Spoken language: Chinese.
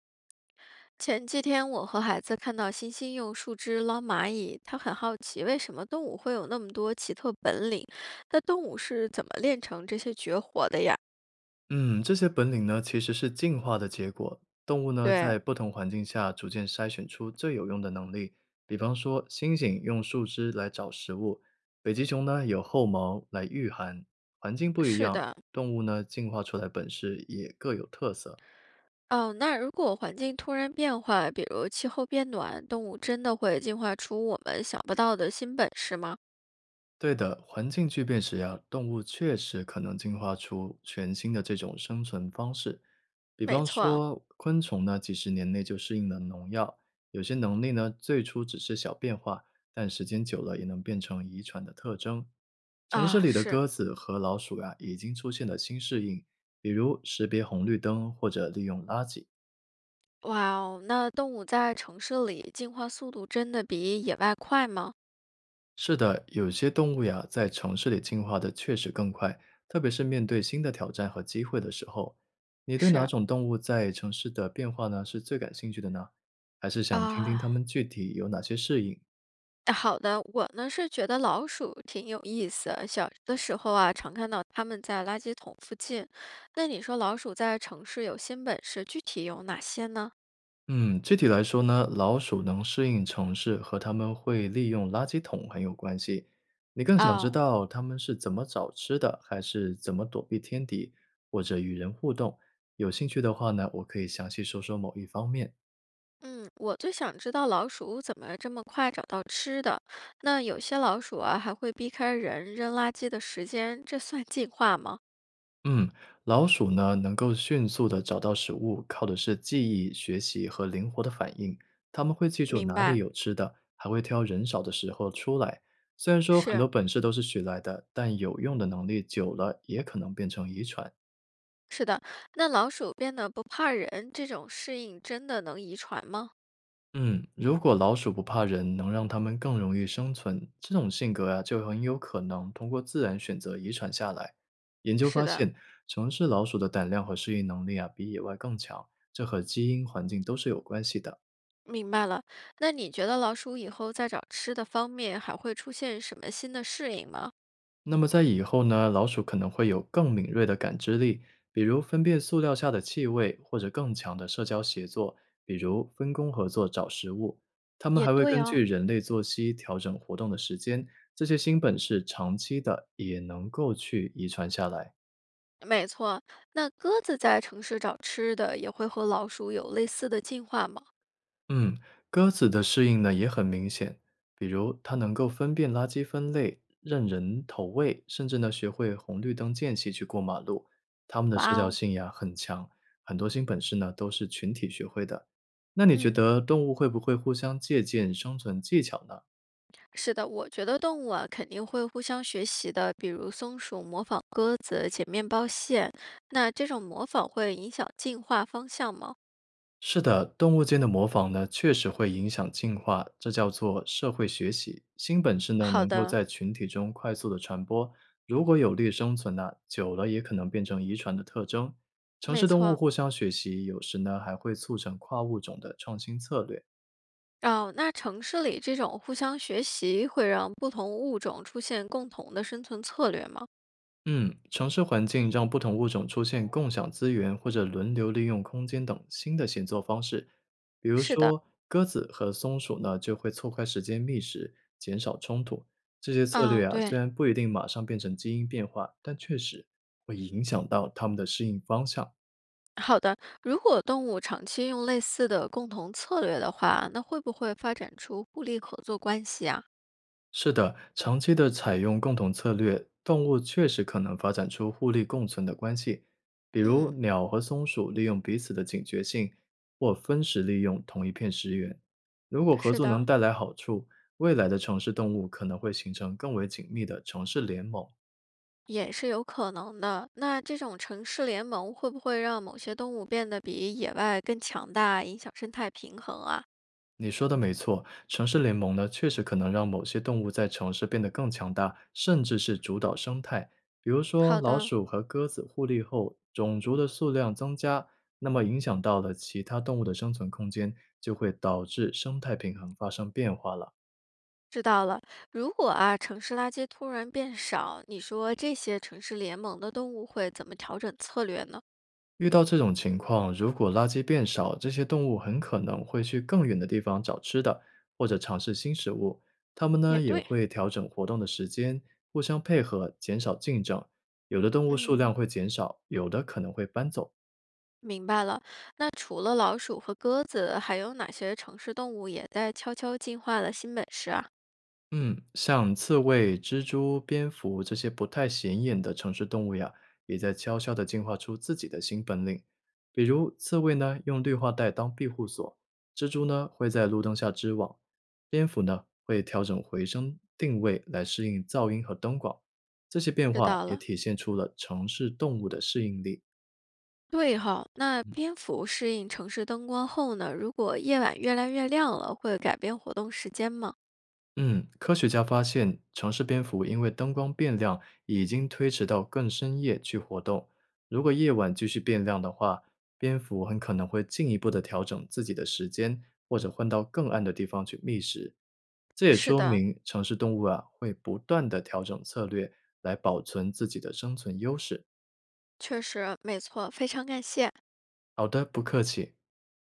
前几天我和孩子看到星星用树枝捞蚂蚁，他很好奇为什么动物会有那么多奇特本领。那动物是怎么练成这些绝活的呀？嗯，这些本领呢，其实是进化的结果。动物呢，对，在不同环境下逐渐筛选出最有用的能力。比方说，猩猩用树枝来找食物，北极熊呢有后毛来御寒。环境不一是样，的。动物呢进化出来本事也各有特色。哦，那如果环境突然变化，比如气候变暖，动物真的会进化出我们想不到的新本事吗？对的，环境巨变时呀，动物确实可能进化出全新的这种生存方式。比没方错，说，昆虫呢，几十年内就适应了农药，有些能力呢，最初只是小变化，但时间久了也能变成遗传的特征。城市啊，里的是。鸽子和老鼠呀，已经出现了新适应，比如识别红绿灯或者利用垃圾。哇哦，那动物在城市里进化速度真的比野外快吗？是的，有些动物呀，在城市里进化的确实更快，特别是面对新的挑战和机会的时候。你对哪是种动物在城市的变化呢，是最感兴趣的呢？还是想听听它啊。们具体有哪些适应？好的，我呢是觉得老鼠挺有意思。小的时候啊，常看到它们在垃圾桶附近。那你说老鼠在城市有新本事，具体有哪些呢？嗯，具体来说呢，老鼠能适应城市和它们会利用垃圾桶很有关系。你更想知哦，道它们是怎么找吃的，还是怎么躲避天敌，或者与人互动？有兴趣的话呢，我可以详细说说某一方面。嗯，我最想知道老鼠怎么这么快找到吃的。那有些老鼠啊，还会避开人扔垃圾的时间，这算进化吗？嗯，老鼠呢能够迅速的找到食物，靠的是记忆、学习和灵活的反应。它们会记住明哪里白。有吃的，还会挑人少的时候出来。虽然说很是，多本事都是学来的，但有用的能力久了也可能变成遗传。是的。那老鼠变得不怕人，这种适应真的能遗传吗？嗯，如果老鼠不怕人，能让它们更容易生存，这种性格啊就很有可能通过自然选择遗传下来。研究是发的，现，城市老鼠的胆量和适应能力啊比野外更强，这和基因环境都是有关系的。明白了。那你觉得老鼠以后在找吃的方面还会出现什么新的适应吗？那么在以后呢，老鼠可能会有更敏锐的感知力，比如分辨塑料下的气味，或者更强的社交协作，比如分工合作找食物。它们也还会对根哦，据人类作息调整活动的时间，这些新本事长期的也能够去遗传下来。没错，那鸽子在城市找吃的也会和老鼠有类似的进化吗？嗯，鸽子的适应呢也很明显，比如它能够分辨垃圾分类、认人投喂，甚至呢学会红绿灯间隙去过马路。它们的社哇交哦，性呀很强，很多新本事呢都是群体学会的。那你觉嗯，得动物会不会互相借鉴生存技巧呢？是的，我觉得动物啊肯定会互相学习的，比如松鼠模仿鸽子解面包屑，那这种模仿会影响进化方向吗？是的，动物间的模仿呢，确实会影响进化，这叫做社会学习。新本事呢，好能够的，在群体中快速的传播，如果有利生存呢、久了也可能变成遗传的特征。城市没动物错，互相学习，有时呢还会促成跨物种的创新策略。哦，那城市里这种互相学习会让不同物种出现共同的生存策略吗？嗯，城市环境让不同物种出现共享资源或者轮流利用空间等新的协作方式。比如是的，说，鸽子和松鼠呢就会错开时间觅食，减少冲突。这些策啊，略啊，虽对，然不一定马上变成基因变化，但确实会影响到它们的适应方向。好的。如果动物长期用类似的共同策略的话，那会不会发展出互利合作关系啊？是的，长期的采用共同策略，动物确实可能发展出互利共存的关系。比如，嗯，鸟和松鼠利用彼此的警觉性，或分食利用同一片食源。如果合是作能的，带来好处，未来的城市动物可能会形成更为紧密的城市联盟。也是有可能的。那这种城市联盟会不会让某些动物变得比野外更强大，影响生态平衡啊？你说的没错，城市联盟呢，确实可能让某些动物在城市变得更强大，甚至是主导生态。比如说，好老的。鼠和鸽子互利后，种族的数量增加，那么影响到了其他动物的生存空间，就会导致生态平衡发生变化了。知道了，如果啊城市垃圾突然变少，你说这些城市联盟的动物会怎么调整策略呢？遇到这种情况，如果垃圾变少，这些动物很可能会去更远的地方找吃的，或者尝试新食物。它们呢也也对，会调整活动的时间，互相配合，减少竞争。有的动物数嗯，量会减少，有的可能会搬走。明白了。那除了老鼠和鸽子，还有哪些城市动物也在悄悄进化了新本事啊？嗯，像刺猬、蜘蛛、蝙蝠这些不太显眼的城市动物呀，也在悄悄地进化出自己的新本领。比如，刺猬呢用绿化带当庇护所，蜘蛛呢会在路灯下织网，蝙蝠呢会调整回声定位来适应噪音和灯光。这些变知化道也了。体现出了城市动物的适应力。对哈，那嗯。蝙蝠适应城市灯光后呢，如果夜晚越来越亮了，会改变活动时间吗？嗯，科学家发现，城市蝙蝠因为灯光变亮，已经推迟到更深夜去活动。如果夜晚继续变亮的话，蝙蝠很可能会进一步的调整自己的时间，或者换到更暗的地方去觅食。这也是说的，明城市动物啊会不断的调整策略来保存自己的生存优势。确实，没错，非常感谢。好的，不客气。